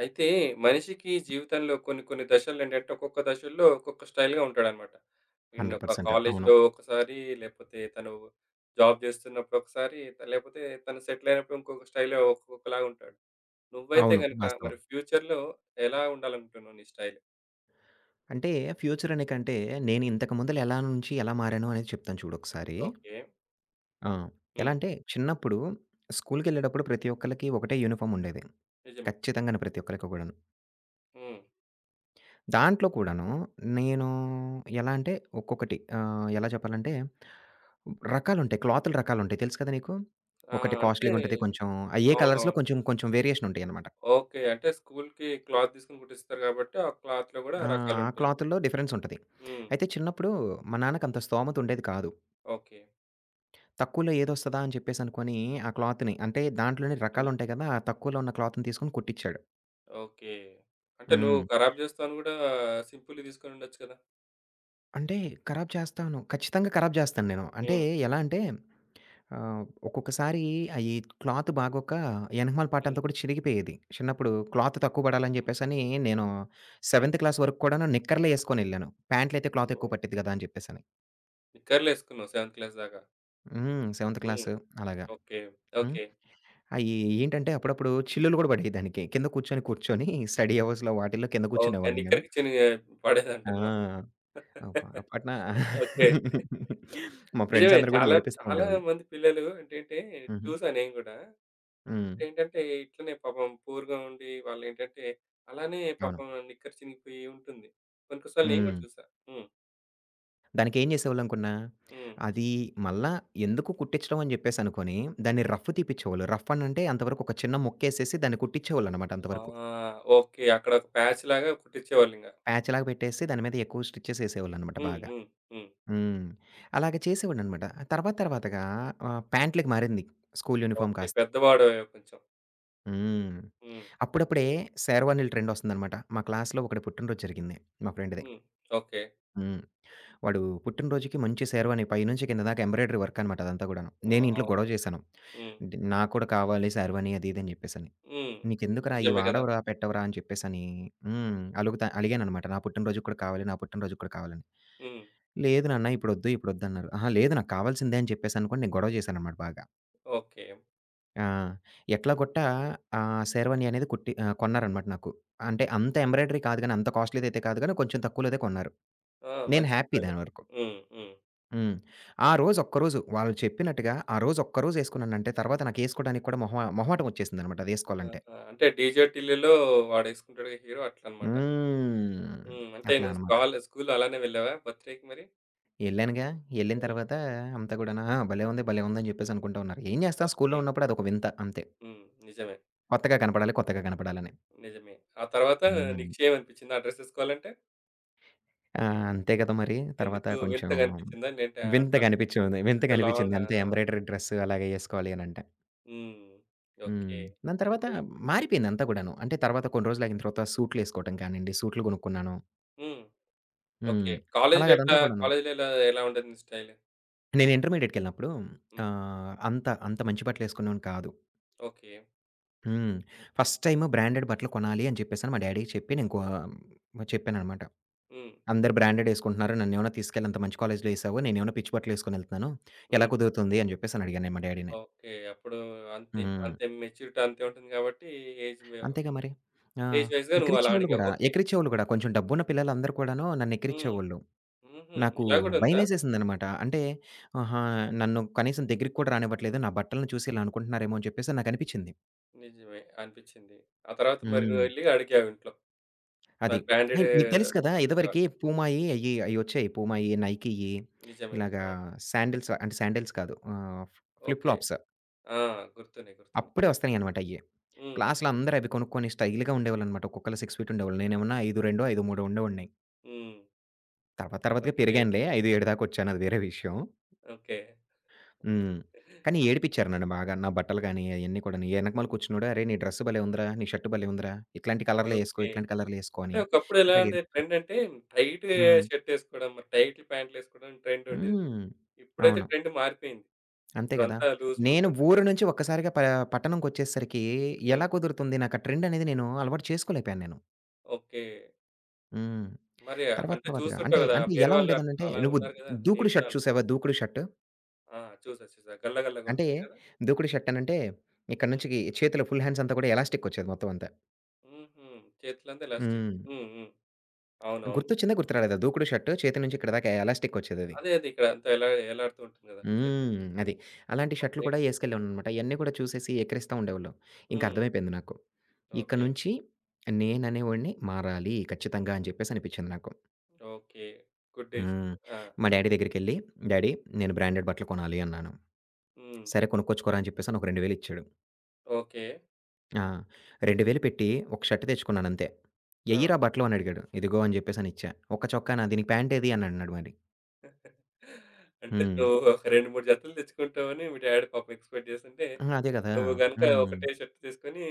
అయితే మనిషికి జీవితంలో కొన్ని కొన్ని దశలేంటంటే, ఒక్కొక్క దశల్లో ఒక్కొక్క స్టైల్‌గా ఉంటాడనమాట. ఈయన ఒక 100%. అవును. కాలేజ్‌లో ఒకసారి, లేపోతే తను జాబ్ చేస్తున్నప్పుడు ఒకసారి, లేపోతే తను సెటిల్ అయినప్పుడు ఇంకొక స్టైల్‌లో ఒక్కొక్కలాగా ఉంటాడు. నువ్వైతే అవును. గనుక వాస్తవం. మరి ఫ్యూచర్‌లో ఎలా ఉండాలనుకుంటున్నావు నీ స్టైల్? అంటే ఫ్యూచర్ అనే కంటే నేను ఇంతకు ముందల ఎలా నుంచి ఎలా మారాను అనేది చెప్తాను చూడొకసారి. ఓకే. ఆ! ఎలా హ్మ్. అంటే చిన్నప్పుడు స్కూలుకెళ్ళేటప్పుడు ప్రతి ఒక్కళ్ళకి ఒకటే యూనిఫార్మ్ ఉండేది. నిజమే. ఖచ్చితంగాను ప్రతి ఒక్కళ్ళకి కూడాను. హ్మ్. దాంట్లో కూడాను నేను ఎలా అంటే ఒక్కొక్కటి ఎలా చెప్పాలంటే రకాలుంటాయి. క్లాతులు రకాలుంటాయి. తెలుసు కదా నీకు? ఆ! ఒకటి అంటే కాస్ట్‌లీ‌గా ఉంటది. కొంచెం అయ్యే కలర్స్‌లో అవునవును. కొంచెం కొంచెం వేరియేషన్ ఉంటాయన్నమాట. ఓకే. అంటే స్కూల్‌కి క్లాత్ తీసుకొని కుట్టిస్తారు కాబట్టి, ఆ క్లాత్‌లో గూడా ఆ! ఆ రకాలుంటాయి. క్లాతుల్లో డిఫరెన్సుంటది. హ్మ్. అయితే చిన్నప్పుడు మా నాన్నకంత స్తోమత ఉండేది కాదు. ఓకే. తక్కువలో ఏదొస్తదా అని చెప్పేసనుకోని ఆ క్లాత్‌ని అంటే దాంట్లోనే హ్మ్. రకాలుంటాయి కదా! ఆ తక్కువలో ఉన్న క్లాత్‌ని తీసుకొని కుట్టిచ్చాడు. ఓకే. అంటే నువ్వు హ్మ్. ఖరాబ్ జేస్తవు అని గూడా సింపుల్‌గా తీసుకొనుండొచ్చు కదా! అంటే ఖరాబ్ హ్మ్. చేస్తాను. ఖచ్చితంగా ఖరాబ్ చేస్తాను నేను. అంటే హ్మ్. ఎలా అంటే ఒక్కొక్కసారి అయి క్లాత్ బాగోక ఎనకమాల పార్ట్ హ్మ్. అంతా కూడా చిరిగిపోయేది. చిన్నప్పుడు క్లాత్ తక్కువ పడాలని హ్మ్. చెప్పేసని నేను హ్మ్. సెవెంత్ క్లాస్ వరకు కూడాను నిక్కర్లే యేసుకొనెళ్ళాను. ప్యాంట్‌లయితే క్లాత్ నువ్వు ఎక్కువ పట్టిద్ది కదా! అని చెప్పేసని. నిక్కర్లేసుకున్నావు సెవెంత్ క్లాస్ దాకా. హ్మ్. సెవెంత్ హ్మ్. క్లాసు అలాగా. ఓకే. హ్మ్. ఓకే. అయి ఏంటంటే అప్పుడప్పుడు చిల్లులు గూడా పడేయి దానికి. కింద కూర్చొని స్టడీ అవర్స్‌లో వాటిల్లో కింద ఓకే. కూర్చునేవాళ్ళం గదా! నిక్కర్‌కి చినిగే పడేదంటున్నావా? ఆ! పొరపాటున ఓకే. మా ఫ్రెండ్స్ నిజమే. అందరూ గూడా చాలా ఏడిపిస్తా చాలా ఉండేవాళ్ళు. మంది పిల్లలు ఏంటంటే హుహు. చూసా నేను గూడా. హ్మ్. ఏంటంటే ఇట్లనే పాపం పూర్‌గా ఉండి వాళ్ళేంటంటే అలానే అవును. పాపం నిక్కర్ చినిగిపోయి ఉంటుంది. కొన్ని కొన్ని సార్లు నేను గూడా హ్మ్. చూసా. హ్మ్. దానికేం జేసేవాళ్ళనుకున్నా, హ్మ్. అది మళ్ళా ఎందుకు కుట్టించడం అని జెప్పేసనుకోని, దాన్ని రఫ్ తీపిచ్చేవాళ్ళు. రఫ్ అనంటే అంతవరకు ఒక చిన్న ముక్కేసేసి దాన్ని కుట్టించేవాళ్ళనమాట ఆ! అంతవరకు. ఓకే. అక్కడ ఒక ప్యాచ్‌లాగా కుట్టించేవాళ్ళింక. ప్యాచ్‌లాగా పెట్టేసి దాని మీద ఎక్కువ స్టిచెస్ ఏసేవాళ్ళనమాట హ్మ్. బాగా. హ్మ్. హ్మ్. హ్మ్. అలాగ చేసేవాడిననమాట. తర్వాత తర్వాతగా ప్యాంట్‌లకి మారింది స్కూల్ యూనిఫార్మ్ ఓకే. కాస్త. పెద్దవాడివే కొంచెం. హ్మ్. హ్మ్. అప్పుడప్పుడే శేర్వానీల ట్రెండొస్తుందనమాట. మా క్లాస్‌లో ఒకడి పుట్టినరోజు జరిగింది మా ఫ్రెండ్‌ది. హ్మ్. ఓకే. హ్మ్. వాడు పుట్టినరోజుకి మంచి శేర్వాని పైనుంచి కింద దాకా ఎంబ్రాయిడరీ వర్క్ అనమాట అదంతా కూడాను. నేను ఇంట్లో వావ్! గొడవ చేశాను. హ్మ్. నాకు కూడా కావాలి శేర్వాని అది ఇది అని చెప్పేసని. హ్మ్. "నీకెందుకురా ఇయి నిజమే గదా! వాడవురా, పెట్టవురా" అని చెప్పేసని. హ్మ్. అలుగుతా అలిగాననమాట. నా పుట్టినరోజుకి కూడా కావాలి, నా పుట్టినరోజుకి కూడా కావాలని. హ్మ్. "లేదు నాన్న ఇప్పుడొద్దు, ఇప్పుడొద్దన్నారు." "అహా! లేదు నాకు కావాల్సిందే" అని చెప్పేసనుకోని నేను గొడవ చేశాననమాట బాగా. ఓకే. ఆ! ఎట్లాగొట్టా ఆ శేర్వాణి అనేది కుట్టి కొన్నారనమాట నాకు. అంటే అంత ఎంబ్రాయిడరీ కాదు గానీ, అంత కాస్ట్‌లీదైతే కాదు గానీ, కొంచెం తక్కువలోదే కొన్నారు. ఆ! నేను మంచి హ్యాపీ చెప్పారు. దాని వరకు. హ్మ్. హ్మ్. హ్మ్. ఆ రోజు ఒక్కరోజు వాళ్ళు చెప్పినట్టుగా ఆ రోజు ఒక్కరోజు యేసుకున్నానంటే తర్వాత నాకేసుకోడానికి కూడా మొహమాటం వచ్చేసిందనమాట అది యేసుకోవాలంటే. ఆహా! అంటే డీజే టిల్లులో వాడేసుకుంటాడుగా హీరో అట్లనమాట. హ్మ్. హ్మ్. అంటే అట్లా నువ్వు అనమాట. కాల్ స్కూల్లో అలానే వెళ్ళావా బర్త్‌డేకి మరి? యెళ్ళానుగా, యెళ్ళిన హ్మ్. తర్వాత అంతా గూడాను ఆ! భలే ఉంది, హ్మ్. భలే ఉందని జెప్పేసి అనుకుంటా ఉన్నారు. ఏం జేస్తాం స్కూల్లో ఓకే. ఉన్నప్పుడు అదొక వింత అంతే. హ్మ్. నిజమే. కొత్తగా కనపడాలి, కొత్తగా కనపడాలని. నిజమే. ఆ తర్వాత హ్మ్. నీకు చేమనిపించిందా ఆ డ్రెస్ ఏసుకోవాలంటే? ఆ! అంతే కదా మరి. తర్వాత ఎందుకు కొంచెం వింతగా అనిపించిందా? లేదంటే ఆ వింతగా అనిపిచ్చింది. అంటే వింతగా అనిపిచ్చింది. లాంగా. అంతే ఆ! ఎంబ్రాయిడరీ డ్రెస్ అలాగే యేసుకోవాలి అనంటే. హ్మ్. హ్మ్. ఓకే. దాని తర్వాత అప్పుడు మారిపోయిందంతా కూడాను. అంటే తర్వాత కొన్ని రోజులాగిన తర్వాత సూట్లేసుకోవటం కానియండి, సూట్లు కొనుక్కున్నాను. హ్మ్. ఓకే. హ్మ్. కాలేజ్‌లో అలాగ ఎట్లా అదంతా కూడాను. కాలేజ్‌లో ఎలా ఎలా ఉంటుంది స్టైల్? నేను ఇంటర్మీడియేట్‌కెళ్ళినప్పుడు హ్మ్. అంత అంత మంచి బట్టలేసుకునేవాడిని కాదు. ఓకే. హ్మ్. ఫస్ట్ టైమ్ బ్రాండెడ్ బట్టలు కొనాలి అని చెప్పేసని మా డ్యాడీకి చెప్పి నేను కొ చెప్పాననమాట. హ్మ్. అందరూ బ్రాండెడ్ ఏసుకుంటున్నారు. నన్నేమన్నా తీసుకెళ్ళి అంత మంచి కాలేజ్‌లో ఏసావు. నేనేమన్నా పిచ్చి బట్టలేసుకొని ఎళ్తున్నాను. ఎలా హ్మ్. కుదురుతుంది అని చెప్పేసని అడిగాను నేను మా డ్యాడీని. ఓకే. అప్పుడు అంతే. హ్మ్. అంతే మెచ్యూరిటీ అంతే ఉంటుంది కాబట్టి ఏజ్ వే అంతేగా మరి. ఆ! ఏజ్ వైస్‌గా నువ్వు అలా ఎక్కిరిచ్చేవాళ్ళు అడిగావు. గూడా, ఓకే. ఎక్కిరిచ్చేవాళ్ళు గూడా కొంచెం డబ్బున్న పిల్లలందరూ కూడాను నన్ను హ్మ్. ఎక్కిరిచ్చేవోళ్ళు. హుహు. నాకు ఇలా కూడా ఉందా? భయమేసేసిందనమాట. అంటే, ఆహా! నన్ను కనీసం దగ్గరికి కూడా రానివ్వట్లేదు. నా బట్టలను చూసి ఇలా అనుకుంటున్నారేమో అని చెప్పేసి నాకనిపిచ్చింది. నిజమే అనిపించింది. ఆ తర్వాత మరి హ్మ్. నువ్వెళ్లి అడిగావు ఇంట్లో. అది. నాకు బ్రాండెడ్ అండ్ నీకు తెలుసు కదా! బట్టలు కావాలి. ఇదివరకి పూమాయి అయ్యొచ్చాయి. పూమాయి, నైకీయి నిజమే. ఇలాగా ఆ! శాండిల్స్ అంటే శాండిల్స్ కాదు. Flip okay. ఫ్లాప్స్ ఆ! గుర్తున్నాయి. గుర్తున్నాయి. అప్పుడే వస్తాయనమాట అయ్యి. హ్మ్. క్లాస్‌లో అందరూ అవి కొనుక్కొని స్టైల్‌గా ఉండేవాళ్ళనమాట. ఒక్కొక్కళ్ళు 6 ఫీట్ ఉండేవాళ్ళు. నేనేమన్నా 5'2" 5'3" ఉండేవాడిని. హ్మ్. తర్వాత తర్వాతగా ఓకే. పెరిగానులే. 5'7" దాకొచ్చాను అది వేరే విషయం. ఓకే. హ్మ్. కానీ ఏడిపిచ్చారు నన్ను బాగా. నా బట్టలు గాని, అయన్నీ కూడాని. ఎనకమాల హ్మ్. కూర్చున్నోడు, "అరేయ్! నీ డ్రెస్ భలే ఉందిరా! నీ షర్ట్ భలే ఉందిరా! ఇట్లాంటి కలర్‌లో ఏసుకో, ఓకే. ఇట్లాంటి కలర్‌లో ఏసుకో" అంటే అని ఒకప్పుడు ఎలా ఇట్లాగ ఉండేది ఏడిపిచ్చారు. ట్రెండంటే టైట్ హ్మ్. షర్ట్ ఏసుకోవడం, మరి టైట్ ప్యాంట్‌లేసుకోవడం ట్రెండ్ ఉండేది. హ్మ్. ఇప్పుడైతే అవును. ట్రెండ్ మారిపోయింది. అంతే గదా! ఇప్పుడంతా లూజ్ లూజ్‌గా నేను ఉంటేనే ఊరు ఏస్ నుంచి ఒక్కసారిగా పట్టణంకొచ్చేసరికి హ్మ్. ఎలా కుదురుతుంది? నాకు ఆ ట్రెండ్ అనేది నేను అలవాటు చేసుకోలేకపోయాను నేను. ఓకే. హ్మ్. మరి తర్వాత అంటే తర్వాతగా చూస్తుంటావు అంటే, గదా! అంటే వేరే ఎలా వాళ్ళు అట్ ఉండేదనంటే, అలా నువ్వు ఉన్నారు గదా! నేను దూకుడు కూడా షర్ట్ చూసావా? దూకుడు షర్ట్. ఆ! చూసా చూసా. గల్ల గల్లగా అంటే ఉంటుంది కదా! దూకుడు షర్ట్ అనంటే, ఇక్కడ హ్మ్. నుంచి చేతిలో ఫుల్ హ్యాండ్స్ అంతా కూడా ఎలాస్టికొచ్చేది మొత్తం అంతా. హుహు. చేతులంతా ఎలాస్టిక్. హ్మ్. హ్మ్. హ్మ్. అవునవును. గుర్తొచ్చిందా? గుర్తు రాలేదా? దూకుడు షర్టు చేతి నుంచి ఇక్కడి దాకా ఎలాస్టిక్ వచ్చేదది. అదే అదే ఇక్కడ అంతా ఎలా ఎలాడుతూ ఉంటుంది గదా! చేతులకి. హ్మ్. అది. అలాంటి షర్టులు ఓకే. కూడా ఏసుకెళ్ళేవాడిననమాట. ఇయన్నీ కూడా చూసేసి ఎక్కిరిస్తా ఉండేవాళ్ళు. ఇంక హ్మ్. అర్థమైపోయింది నాకు. ఇక ఓకే. నుంచి నేననేవాడిని మారాలి ఖచ్చితంగా అని చెప్పేసి అనిపిచ్చింది నాకు. ఓకే. Good days. హ్మ్. ఆ! మా డ్యాడీ దగ్గరికెళ్ళి, డ్యాడీ నేను బ్రాండెడ్ బట్టలు కొనాలి అన్నాను. హ్మ్. సరే కొనుక్కొచ్చుకోరా అని చెప్పేసని ఒక 2000 ఇచ్చాడు. ఓకే. ఆ! 2000 పెట్టి ఒక షర్ట్ తెచ్చుకున్నానంతే. ఆ! ఎయ్యిరా బట్టలు అని అడిగాడు. ఇదిగో అని చెప్పేసనిచ్చా. ఒక్క చొక్కా నాది. నీ ప్యాంట్ ఏది అని అన్నాడు మరి. అంటే హ్మ్. నువ్వు ఒక 2, 3 జతలు తెచ్చుకుంటావని మీ డ్యాడీ పాపం ఎక్స్‌పెక్ట్ జేసుంటే, ఆ! అదే గదా! నువ్వు గనుక హ్మ్. ఒకటే షర్ట్ తీసుకొని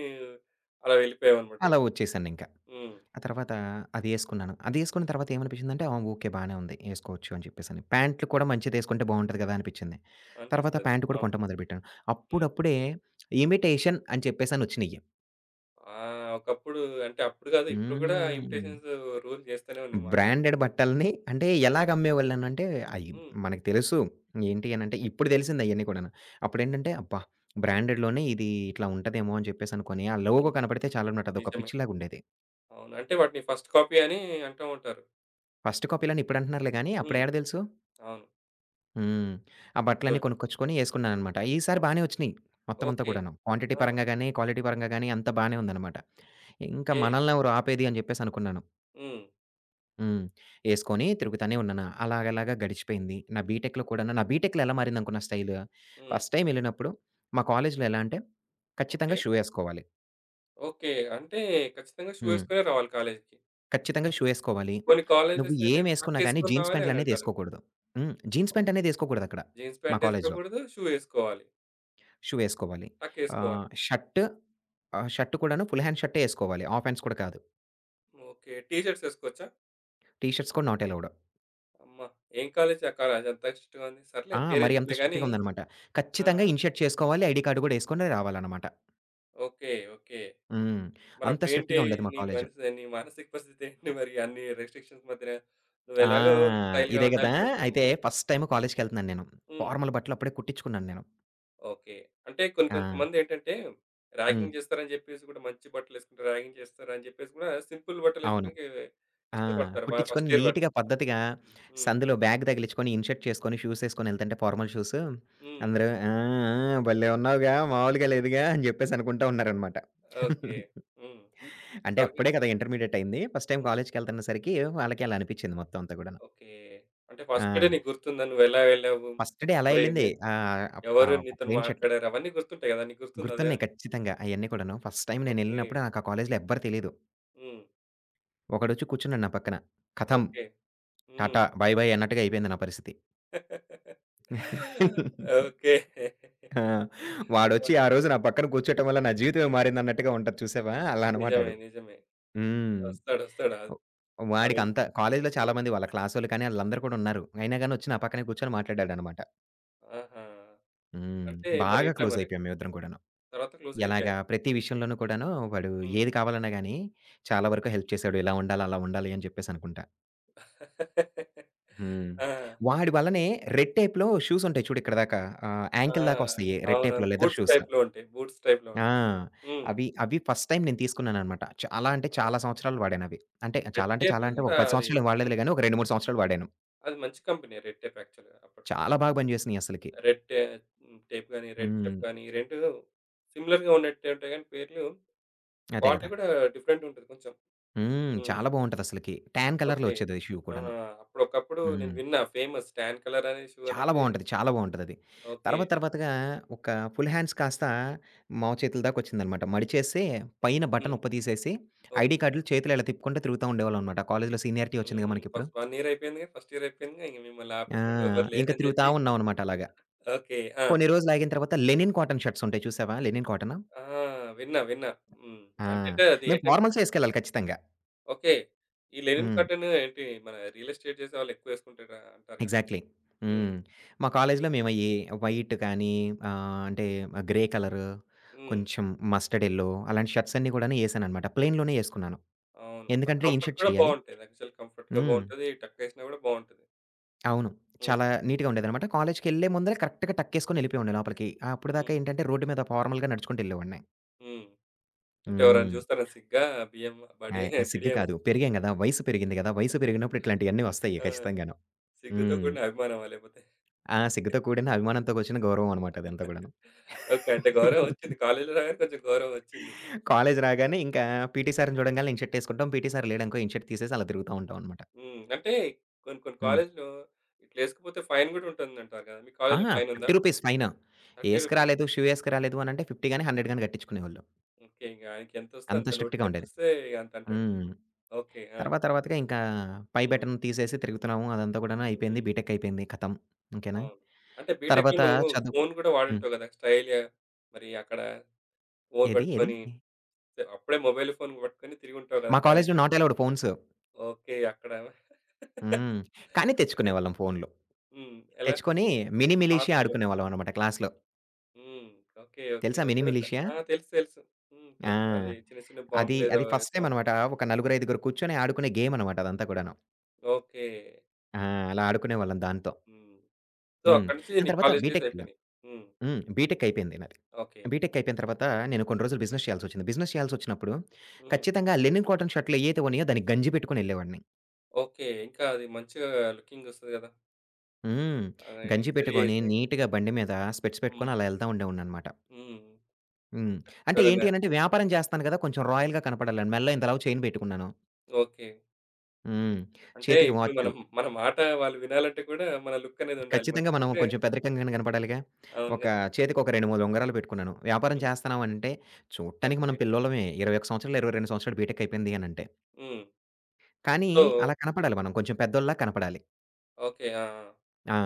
అలా వెళ్ళిపోయావన్నమాట. అలా వచ్చేసానింక. హ్మ్. ఆ తర్వాత అది యేసుకున్నాను. అది యేసుకున్న తర్వాత ఏమనిపించిందంటే, ఆ! ఓకే. బానే ఉంది. యేసుకోవచ్చు అని చెప్పేసని. ప్యాంట్లు కూడా మంచిదేసుకుంటే బావుంటది గదా! అనిపించింది. తర్వాత ఆ అనిపిస్తుంది. నాకు. ప్యాంట్ కూడా అవును. కొంట మొదలుపెట్టాను. హ్మ్. అప్పుడప్పుడే హ్మ్. ఇమిటేషన్ అని చెప్పేసనొచ్చినియి. ఆ! ఒకప్పుడు అంటే అప్పుడు గాదు. ఇప్పుడు గూడా హ్మ్. ఇమిటేషన్స్ రూల్ చేస్తూనే ఉన్నాయి మార్కెట్‌లో. బ్రాండెడ్ బట్టల్ని అంటే అవును. ఎలాగ అమ్మేవాళ్ళనంటే, అయి హ్మ్. మనకు తెలుసు. ఏంటి అనంటే, ఇప్పుడు తెలిసింది అయన్నీ కూడాను. అప్పుడేంటంటే, అబ్బా! బ్రాండెడ్‌లోనే ఇది ఇట్లా ఉంటదేమో అని చెప్పేసనుకోని, ఆ హ్మ్. లోగో కనపడితే చాలన్నమాట. అదొక నిజమే. పిచ్చిలాగుండేది. అవును. అంటే వాటిని ఫస్ట్ కాపీ అని అంటూ ఉంటారు. ఫస్ట్ కాపీలని ఇప్పుడంటున్నారులే గానీ, హ్మ్. అప్పుడేడ తెలుసు? అవును. హ్మ్. ఆ నిజమే. బట్టలన్నీ కొనుక్కొచ్చుకొని యేసుకున్నాననమాట. ఈసారి అవును. బానే వచ్చినియి. మొత్తం అంతా ఓకే. కూడాను. క్వాంటిటీ ఆ! పరంగా గాని, క్వాలిటీ పరంగా గాని అంతా బానే ఉందనమాట. ఇంకా ఓకే. మనల్నెవరు ఆపేది అని జెప్పేసి అనుకున్నాను. హ్మ్. హ్మ్. యేసుకొని తిరుగుతానే ఉన్నాను. అలాగలాగా గడిచిపోయింది. నా బీటెక్‌లో ఎలా మారిందనుకున్న స్టైలు, హ్మ్. ఫస్ట్ టైమ్ యెళ్ళినప్పుడు మా కాలేజ్‌లో ఎలా అంటే ఓకే. ఖచ్చితంగా షూ యేసుకోవాలి. ఓకే. అంటే ఖచ్చితంగా షూ హ్మ్. ఏసుకొనే రావాలి కాలేజ్‌కి. ఖచ్చితంగా షూ యేసుకోవాలి. కొన్ని నువ్వు కాలేజెస్ ఏంటంటే ఏమేసుకున్నా గాని టక్కేసుకొని జీన్స్ రావాలి అని ప్యాంట్‌లనేది అంటారు. యేసుకోకూడదు. హ్మ్. Jeans pant okay. అనేది యేసుకోకూడదక్కడ జీన్స్ మా ప్యాంట్ కాలేజ్‌లో. ఏసుకోకూడదు. షూ ఏసుకోవాలి. షూ ఏసుకోవాలి. టక్కేసుకోవాలి. ఆహ్, షర్ట్ షర్ట్ కూడాను ఫుల్ హ్యాండ్ షర్టే ఏసుకోవాలి. హాఫ్ హ్యాండ్స్ కూడా కాదు. ఓకే. టీ షర్ట్స్ ఏసుకోవచ్చా? టీ షర్ట్స్ కూడా నాట్ అలౌడ్. అమ్మా! ఏం కాలేజీ ఆ కాలేజీ అంత స్ట్రిక్ట్‌గా ఉంది. సర్లే ఆ! మరి అంత పేరెందుకులే గాని స్ట్రిక్ట్‌గా ఉందనమాట. ఆ! ఖచ్చితంగా ఇన్ షర్ట్ చేసుకోవాలి. ఐడీ కార్డ్ కూడా ఏసుకొని రావాలనమాట. ఓకే. ఓకే. హ్మ్. అంత మరప్పుడేంటి స్ట్రిక్ట్‌గా ఉండేది మా నీ కాలేజు. మనసు నీ మానసిక పరిస్థితి ఏంటి మరి అన్ని రెస్ట్రిక్షన్స్ మధ్యన? ఆ! నువ్వెలాగో స్టైల్‌గా ఇదే గదా! ఉండాలి కొంచెం. అయితే ఫస్ట్ టైమ్ కాలేజికెళ్తున్నాను నేను. హ్మ్. ఫార్మల్ బట్టలు అప్పుడే కుట్టించుకున్నాను నేను. ఓకే. అంటే కొన్ని ఆ! కొంతమందేంటంటే హ్మ్. ర్యాగింగ్ చేస్తారని జెప్పేసి గూడా మంచి బట్టలేసుకుంటారు. ర్యాగింగ్ చేస్తారని జెప్పేసి గూడా సింపుల్ అవును. బట్టలేసుకోడానికి ఆ! ఇష్టపడతారు. వా కుట్టించుకొని ఫస్ట్ ఇయర్ వరకు. నీట్‌గా పద్ధతిగా హ్మ్. సందులో బ్యాగ్ తగిలించుకొని, ఇన్‌షర్ట్ చేసుకొని, షూస్ ఏసుకొని ఎళ్తుంటే ఫార్మల్ షూస్ హ్మ్. అందరూ "ఆ! ఆ! భలే ఉన్నావుగా! మామూలుగా లేదుగా" అని జెప్పేసి అనుకుంటా ఉన్నారనమాట. ఓకే. హ్మ్. అంటే అంటారుగా. అప్పుడే కదా ఇంటర్మీడియేట్ అయింది. ఫస్ట్ టైమ్ హ్మ్. కాలేజ్‌కెళ్తున్న సరికి వాళ్ళకి అలా అనిపిచ్చింది మొత్తం అంతా గూడాను. ఓకే. అంటే ఫస్ట్ డే ఆ! నీకు గుర్తుందా? నువ్వెలా వెళ్ళావు? ఫస్ట్ డే అలా మరి ఎళ్ళింది. నీ ఎవరు ఒక నీతోని ప్లెయిన్ షర్ట్. మాట్లాడారు? అవన్నీ గుర్తుంటాయి గదా! నీకు గుర్తుందా గుర్తున్నాయి అదేమన్నా? ఖచ్చితంగా అయన్నీ కూడాను. First time okay. నేనెళ్ళినప్పుడు నాకు ఆ కాలేజ్‌లో ఎవ్వరు తెలీదు. హ్మ్. ఒకడొచ్చి కూర్చున్నాడు నా పక్కన. ఖతం! ఓకే. హ్మ్. టాటా! బై బై అన్నట్టుగా అయిపోయింది నా పరిస్థితి. ఓకే. ఆ! వాడొచ్చి ఓహ్! ఆ రోజు నా పక్కన కూర్చోటం వల్ల నా జీవితమే మారిందన్నట్టుగా ఉంటది చూసావా? అలా అనమాట నిజమే. ఆడు. నిజమే. హ్మ్. వస్తాడు. వస్తాడు. అవి వాడికంత కాలేజ్‌లో చాలా హ్మ్. మంది వాళ్ళ క్లాసోళ్ళు కానీ ఆళ్ళందరూ కూడా ఉన్నారు. అయినా గాని వచ్చి నా పక్కనే కూర్చొని మాట్లాడాడనమాట. ఆహా! హ్మ్. అంటే బాగా మరేంటో క్లోజ్ మరి? అయిపోయాం మేమిద్దరం కూడాను. తర్వాత ఎలాగా క్లోజయిపోయారు. ప్రతి విషయంలోనూ కూడాను వాడు హ్మ్. ఏది కావాలన్నా గాని చాలా వరకు ఓకే. హెల్ప్ చేసాడు. ఇలా ఉండాలి, అలా ఉండాలి అని చెప్పేసి అనుకుంటా. హ్మ్. ఆ! వాడి వల్లనే రెడ్ టేప్‌లో షూస్ ఉంటాయి చూడు ఇక్కడ దాకా ఆ! యాంకిల్ దాకా వస్తాయి రెడ్ టేప్‌లో అవునవును. Leather boots shoes. టైప్‌లో ఉంటాయి. బూట్స్ టైప్‌లో ఉంటాయి. ఆ! హ్మ్. అవి ఫస్ట్ టైమ్ నేను తీసుకున్నాననమాట. చాలా అంటే ఆ! చాలా సంవత్సరాలు వాడానవి. అంటే రెడ్ చాలా అంటే టేప్ చాలా అంటే ఒక గూడా 10 అది సంవత్సరాలు ఏం మం వాడలేదులే గానీ, ఒక 2, 3 సంవత్సరాలు వాడాను. అది మంచి కంపెనీయే రెడ్ టేప్ యాక్చువల్‌గా అప్పట్లో. చాలా బాగా పనిచేసినియి అసలకి. రెడ్ టే హ్మ్. టేప్ గాని, రెడ్ హ్మ్. చెఫ్ గాని ఈ 2 సిమిలర్‌గా ఉన్నట్టే ఉంటాయి గానీ పేర్లు, అదే క్వాలిటీ గదా! గూడా డిఫరెంటుంటది కొంచెం. హ్మ్. హ్మ్. చాలా బావుంటదసలకి. టాన్ కలర్‌లో ఓకే. వచ్చేదది షూ ఆ! కూడాను. అప్పుడొకప్పుడు నేను హ్మ్. విన్నా ఫేమస్ టాన్ కలర్ అనే షూ చాలా అనేది బావుంటది. చాలా బావుంటదది. ఓకే. తర్వాత తర్వాతగా ఒక ఫుల్ హ్యాండ్స్ కాస్త మోచేతుల దాకొచ్చిందనమాట. మడిచేసి పైన బటన్ హ్మ్. ఉప్పతీసేసి ఐడీ ఓకే. కార్డ్‌లు చేతులో ఇలా తిప్పుకుంటూ తిరుగుతా ఉండేవాళ్ళమనమాట. కాలేజీలో సీనియారిటీ వచ్చిందిగా హ్మ్. మనకిప్పుడు. ఫస్ట్ 1 ఇయర్ అయిపోయిందిగా. ఫస్ట్ ఇయర్ అయిపోయిందిగా. ఇంక మిమ్మల్ని ఆ! ఆపేటోడు ఎవరు ఇంక లేరని తిరుగుతా జెప్పి ఉన్నామనమాట అలాగ. ఓకే. ఆ! కొన్ని రోజులాగిన తర్వాత లెనిన్ కాటన్ షర్ట్స్ ఉంటాయి చూసావా? Linen cotton. ఆ! విన్నా. విన్నా. హ్మ్. ఆ! అంటే అది మేము ఏంట ఫార్మల్సే ఏసుకెళ్ళాలి ఖచ్చితంగా. ఓకే. ఈ లెనిన్ హ్మ్. కర్టెన్ ఏంటి మన రియల్ ఎస్టేట్ చేసేవాళ్ళు ఎక్కువ ఎసుకుంటారు అంటారుగా. ఎగ్జాక్ట్‌లీ. హ్మ్. హ్మ్. మా కాలేజీలో మేమయి వైట్ కానీ అంటే గ్రే కలరు, హ్మ్. కొంచెం మస్టర్డ్ యెల్లో అలాంటి షర్ట్స్ అన్నీ గూడాను ఏశాననమాట. ప్లెయిన్‌లోనే ఏసుకున్నాను. అవును. అది ఎందుకంటే కంఫర్ట్ ఇన్‌షర్ట్ కూడా చేయాలి. బావుంటది. యాక్చువల్ కంఫర్ట్‌గా హ్మ్. బావుంటది. టక్కేసినా గూడా బావుంటది. అవును. హ్మ్. చాలా నీట్‌గా ఉండేదనమాట. కాలేజీకెళ్ళే ముందలే కరెక్ట్‌గా టక్కేసుకొని యెళ్ళిపోయేవాడిని లోపలికి. అప్పటిదాకా హ్మ్. ఏంటంటే రోడ్డు మీద ఫార్మల్‌గా నడుచుకుంటూ యెళ్ళేవాడిని. హ్మ్. అంటే ఎవరైనా హ్మ్. చూస్తారా సిగ్గా? బియ్యం బడే ఆయ్ సిగ్గు బిడియమా? కాదు. పెరిగాం గదా! వయసు పెరిగింది గదా! వయసు పెరిగినప్పుడు ఇట్లాంటియన్నీ వస్తాయి ఆ! ఖచ్చితంగాను. సిగ్గుతో హ్మ్. కూడిన అభిమానమా లేపోతే? ఆ సిగ్గుతో కూడిన అభిమానంతో కూర్చిన గౌరవం అనమాట అదంతా గూడాను. ఓకే. అంటే గౌరవం ఒచ్చింది. కాలేజీలో రాగానే కొంచెం గౌరవం ఒచ్చింది. కాలేజీ రాగానే ఇంకా పీటీ సార్‌ని చూడంగాల్నే ఇన్‌షర్ట్ ఏసుకుంటాం. పీటీ సార్ లేడనుకో ఇన్‌షర్ట్ తీసేసి అలా తిరుగుతా ఉంటాం అనమాట. హ్మ్. అంటే కొన్ని కొన్ని హ్మ్. కాలేజ్‌లో ఇట్లేసుకపోతే ఫైన్ గూడా ఉంటుందంటారు గదా! మీ కాలేజ్‌లో అహా! ఫైనుందా? రూ. 50 ఫైన్. 30 రూపీస్. ఏసుకురాలేదు, షూ ఏసుకురాలేదు అనంటే 50 గాని, 100 గాని కట్టించుకునేవాళ్ళు. ఓకే. ఇంగ ఆయనకెంతొస్తే అంత అంత స్ట్రిక్ట్‌గా ఉండేది. నోటికెంతొస్తే అంతంటాడు. హ్మ్. ఓకే. ఆ! తర్వాత తర్వాతగా ఇంకా పై హ్మ్. బటన్ తీసేసి తిరుగుతున్నాము. అదంతా గూడాను హ్మ్. అయిపోయింది. బీటెక్ అయిపోయింది. ఖతం. ఓకేనా. అవును. అంటే బీటెక్‌లో తర్వాత నువ్వు చదువు. ఫోను గూడా హ్మ్. వాడుంటావు గదా! స్టైల్‌గా మరి అక్కడ ఫోను ఏది? ఏది? పట్టుకొని అప్పుడే మొబైల్ ఫోను పట్టుకొని తిరిగుంటావు గదా! మా కాలేజ్‌లో కాలేజ్‌లో. Not allowed phones. ఓకే. అక్కడ హ్మ్. కానీ ఓకే. తెచ్చుకునేవాళ్ళం ఫోన్‌లు. హ్మ్. ఎలా? తెచ్చుకొని మినీ మిలీషియా సాక్స్‌లో. ఆడుకునేవాళ్ళం అనమాట క్లాస్‌లో. హ్మ్. ఓకే. ఓకే. తెలుసా అది మినీ కూడా క మిలీషియా? ఆ! తెలుసు. తెలుసు. హ్మ్. తెలుసు. అవి ఆ! చిన్న చిన్న అది బాంబులేదో అది ఫస్ట్ వేస్తా టైమ్ ఉంటారు. అనమాట. ఒక నలుగురైదుగురు కూర్చొని ఆడుకునే గేమ్ అనమాట అదంతా కూడాను. ఓకే. ఆ! అలా ఆడుకునేవాళ్ళం దాంతో. హ్మ్. సో, హ్మ్. అక్కడి నుంచి దాని నీ తర్వాత కాలేజ్ డేస్ బీటెక్‌కెళ్ళాను. అయిపోయినాయి. హ్మ్. హ్మ్. బీటెక్ అయిపోయింది నాది. ఓకే. బీటెక్ అయిపోయిన తర్వాత నేను కొన్ని రోజులు బిజినెస్ చేయాల్సొచ్చింది. బిజినెస్ చేయాల్సొచ్చినప్పుడు హ్మ్. ఖచ్చితంగా లెనిన్ కాటన్ షర్ట్‌లు ఏయైతే ఉన్నాయో దానికి గంజి పెట్టుకొని ఎళ్ళేవాడిని. ఓకే. ఇంకా అది మంచిగా లుకింగొస్తది గదా! హ్మ్. ఆహ్, గంజి ఇస్త్రీ పెట్టుకొని చేసి. నీట్‌గా బండి మీద స్పెట్స్ హ్మ్. పెట్టుకొని అలా ఎళ్తా ఉండేవాడిననమాట. హ్మ్. హ్మ్. అంటే ఎవరైనా ఏంటి అనంటే వ్యాపారం చేస్తాను కదా! కొంచెం రాయల్‌గా కనపడాలని. మెడలో ఇంతలావు చైన్ పెట్టుకున్నాను. ఓకే. హ్మ్. అంటే చేతికి ఇప్పుడు వాచు. మనం మన మాట వాళ్ళు వినాలంటే కూడా మన లుక్ అనేది ఉండాలి. ఖచ్చితంగా మనం మంచిగుంటే కొంచెం పెద్దరికంగానే కనపడాలిగా! అవును ఒక గదా! చేతికి ఒక 2, హ్మ్. 3 ఉంగరాలు పెట్టుకున్నాను. వ్యాపారం హ్మ్. చేస్తున్నాం అనంటే చూడటానికి ఓకే. మనం పిల్లోళ్ళమే. 21 సంవత్సరాలు, 22 సంవత్సరాలు బీటెక్ అయిపోయింది అనంటే. హ్మ్. కానీ సో అలా కనపడాలి మనం. కొంచెం పెద్దోళ్ళలా కనపడాలి. ఓకే. ఆ! ఆ! ఆ!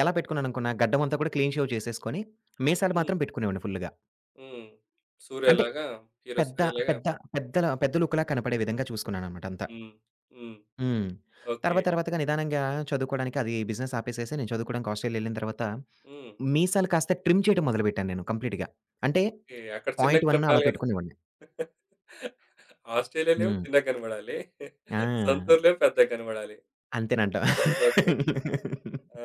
ఎలా పెట్టుకున్నాననుకున్నా గడ్డమంతా కూడా క్లీన్ షేవ్ చేసేసుకొని, మీసాలు హ్మ్. మాత్రం పెట్టుకునేవాడిని ఫుల్‌గా. హ్మ్. అంటే 'సూర్యలాగా' హీరో పెద్ద 'సూర్యలాగా' పెద్ద పెద్దల పెద్ద లుక్‌లా కనపడే విధంగా చూసుకున్నాననమాట అంతా. హ్మ్. హ్మ్. హ్మ్. ఓకే. తర్వాత తర్వాతగా నిదానంగా చదువుకోడానికి అది బిజినెస్ ఆపేసేసి నేను చదువుకోడానికి ఆస్ట్రేలియా ఎళ్ళిన తర్వాత హ్మ్. మీసాలు కాస్త ట్రిమ్ చేయడం మొదలుపెట్టాను నేను కంప్లీట్‌గా. అంటే ఓకే. అక్కడ పాయింట్ చిన్నగా 1 అలా కనపడాలి గదా! పెట్టుకునేవాడిని. ఆస్ట్రేలియా‌లేమో హ్మ్. చిన్నగా కనపడాలి. సొంత ఆ! ఊర్లేమో పెద్దగా కనపడాలి. అంతేనంట. ఓకే. ఆ!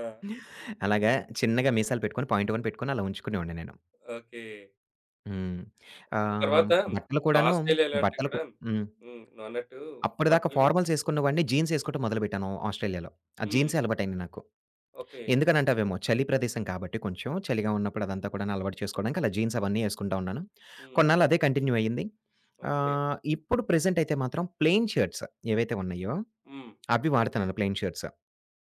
అలాగా చిన్నగా మీసాలు పెట్టుకొని పాయింట్ 1 పెట్టుకొని అలా ఉంచుకునేవాడిని నేను. ఓకే. హ్మ్. ఆ ఆహ్, తర్వాత బట్టలు ఇప్పుడు కూడాను ఆస్ట్రేలియా‌లో అంటే బట్టలు కూ గూడా హ్మ్. హ్మ్. నువ్వన్నట్టు అప్పటిదాకా బట్టలు గూడా ఫార్మల్స్ ఎసుకునేవాడిని. జీన్స్ ఎసుకోవడం మొదలుపెట్టాను ఆస్ట్రేలియాలో. ఆ హ్మ్. జీన్సే అలవాటయింది నాకు. ఓకే. ఎందుకనంటావేమో, చలి ప్రదేశం కాబట్టి కొంచెం, చలిగా ఉన్నప్పుడు అదంతా కూడాను అలవాటు చేసుకోవడానికి అలా జీన్స్ అవన్నీ యేసుకుంటా ఉన్నాను. హ్మ్. కొన్నాళ్ళు అదే కంటిన్యూ అయింది. ఓకే. ఇప్పుడు ప్రెజెంట్ అయితే మాత్రం ప్లెయిన్ షర్ట్స్ ఏవైతే ఉన్నాయో, హ్మ్. అవి వాడుతున్నాను ప్లెయిన్ షర్ట్స్.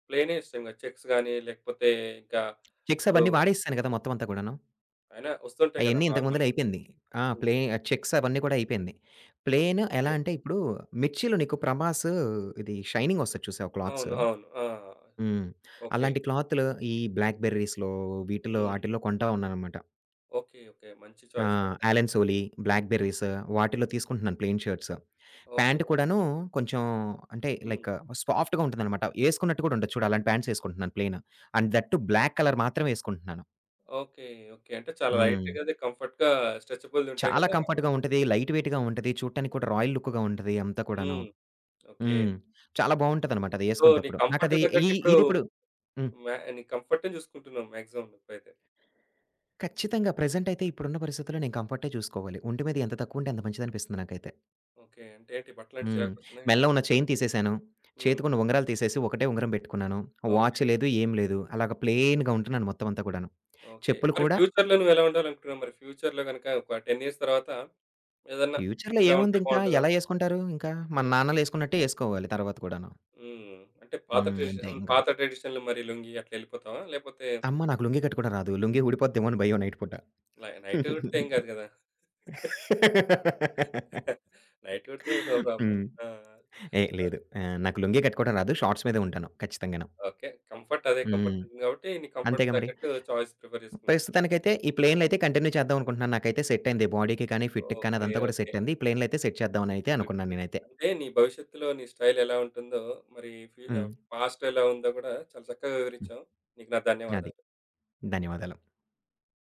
ప్లెయినే ఇష్టం గదా! చెక్స్ గాని లేకపోతే ఇంకా చెక్స్ ఇప్పుడు అవన్నీ వాడేసేసాను కదా! మొత్తం అంతా కూడాను. అయినా వస్తుంటాయి గదా! అయన్నీ ఇంతకు ముందలే నార్మల్‌గా. అయిపోయింది. ఆ! హ్మ్. ప్లే చెక్స్ అవన్నీ కూడా అయిపోయింది. ప్లెయిన్ ఎలా ఓకే. అంటే ఇప్పుడు 'మిర్చిలో' నీకు 'ప్రభాస్' ఇది షైనింగ్ వస్తది చూసావా క్లాత్స్? అవును. అవును. ఆ! హ్మ్. ఓకే. అలాంటి క్లాతులు ఈ బ్లాక్ బెర్రీస్‌లో, వీటిలో హ్మ్. ఆటిల్లో కొంటా ఉన్నాననమాట. ఓకే. ఓకే. మంచి ఆ! చాయిస్ యాక్చువల్‌గా. 'అలన్ సోలీ', 'బ్లాక్ హ్మ్. బెర్రీస్' వాటిలో తీసుకుంటున్నాను ప్లెయిన్ షర్ట్స్. ఓకే. ప్యాంట్ కూడాను కొంచెం అంటే హ్మ్. లైక్ సాఫ్ట్‌గా ఉంటుందనమాట. ఏసుకున్నట్టు కూడా ఉండదు చూడు అలాంటి ప్యాంట్స్ ఏసుకుంటున్నాను plain. And that too black colour మాత్రమే ఏసుకుంటున్నాను. ఓకే. ఓకే. అంటే చాలా హ్మ్. లైట్‌గా అది కంఫర్ట్‌గా స్ట్రెచబుల్‌దుంటాయి చాలా గదా! కంఫర్ట్‌గా ఉంటది. లైట్ వెయిట్‌గా ఉంటది. చూడటానికి కూడా రాయల్ లుక్‌గా ఉంటది అంతా కూడాను. హ్మ్. ఓకే. హ్మ్. చాలా బావుంటదనమాట అది సో, నీ ఏసుకునేటప్పుడు. కంఫర్ట్ నాకది ఈ తగ్గట్టు ఇప్పుడు ఇదిప్పుడు హ్మ్. మ్యా నీ కంఫర్ట్‌ని జూసుకుంటున్నావు మాక్సిమం నువ్వైతే. ఖచ్చితంగా ప్రెజెంట్ అయితే ఇప్పుడున్న పరిస్థితుల్లో నేను కంఫర్టే చూసుకోవాలి. ఒంటి మీద ఎంత తక్కువ ఉంటే అంత మంచిదనిపిస్తుంది నాకైతే. ఓకే. అంటే ఏంటి బట్టలంటే హ్మ్. చిరాకొస్తుందా ఏంటి? మెడలో ఉన్న చైన్ తీసేశాను. హ్మ్. చేతికున్న ఉంగరాలు తీసేసి ఒకటే ఉంగరం పెట్టుకున్నాను. ఓకే. వాచ్ లేదు, ఏం లేదు. అలాగ హ్మ్. ప్లెయిన్‌గా ఉంటున్నాను మొత్తం అంతా కూడాను. ఓకే. చెప్పులు మరి కూడా ఫ్యూచర్‌లో నువ్వెలా ఉండాలనుకుంటున్నావు? మరి ఫ్యూచర్‌లో గనుక ఒక 10 ఇయర్స్ తర్వాత ఏదన్నా ఫ్యూచర్‌లో ఇలా ఉంటే ఏముంది ఇంకా బావుంటదా? ఎలా యేసుకుంటారు ఇంకా? మన హ్మ్. నాన్నలేసుకున్నట్టే యేసుకోవాలి తర్వాత కూడాను. హ్మ్. అంటే పాత హ్మ్. అంతే ట్రెడిషన్ ఇంకా. పాత ట్రెడిషన్‌లో మరి లుంగీ అట్లా ఎళ్ళిపోతావా? లేపోతే అమ్మ! నాకు లుంగీ కట్టుకోవడం రాదు. లుంగీ ఊడిపోద్దేమో అని భయం నైట్ పూట. నై నైట్ కుడితే ఏం కాదు గదా! నైట్ కుడితే నో ప్రాబ్లమ్. హ్మ్. ఆ! ఏ ఓహ్! లేదు. నాకు లుంగీ కట్టుకోవడం రాదు. షార్ట్స్ మీదే ఉంటాను ఖచ్చితంగాను. ఓకే. కంఫర్ట్ అదే కంఫర్ట్ హ్మ్. ఉంటుంది గాబట్టి, నీ కంఫర్ట్ అంతేగా మరి. తగ్గట్టు చాయిస్ ప్రిఫర్ చేసుకున్నావు. ప్రస్తుతానికైతే ఈ ప్లేన్‌లయితే కంటిన్యూ చేద్దాం అనుకుంటున్నాను. నాకైతే సెట్ అయింది. బాడీకి కానీ, ఫిట్‌కి కానీ ఓకే. అదంతా కూడా ఓకే. సెట్ అయింది. ఈ ప్లేన్‌లయితే సెట్ చేద్దామని అయితే గుడ్. అనుకున్నాను గుడ్. నేనైతే. అంటే నీ భవిష్యత్తులో నీ స్టైల్ ఎలా ఉంటుందో, మరి ఫ్యూ హ్మ్. ఆహ్, పాస్ట్‌లో ఎలా ఉందో గూడా చాలా చక్కగా హ్మ్. వివరించావు. నీకు నా అది. ధన్యవాదాలు. ధన్యవాదాలు.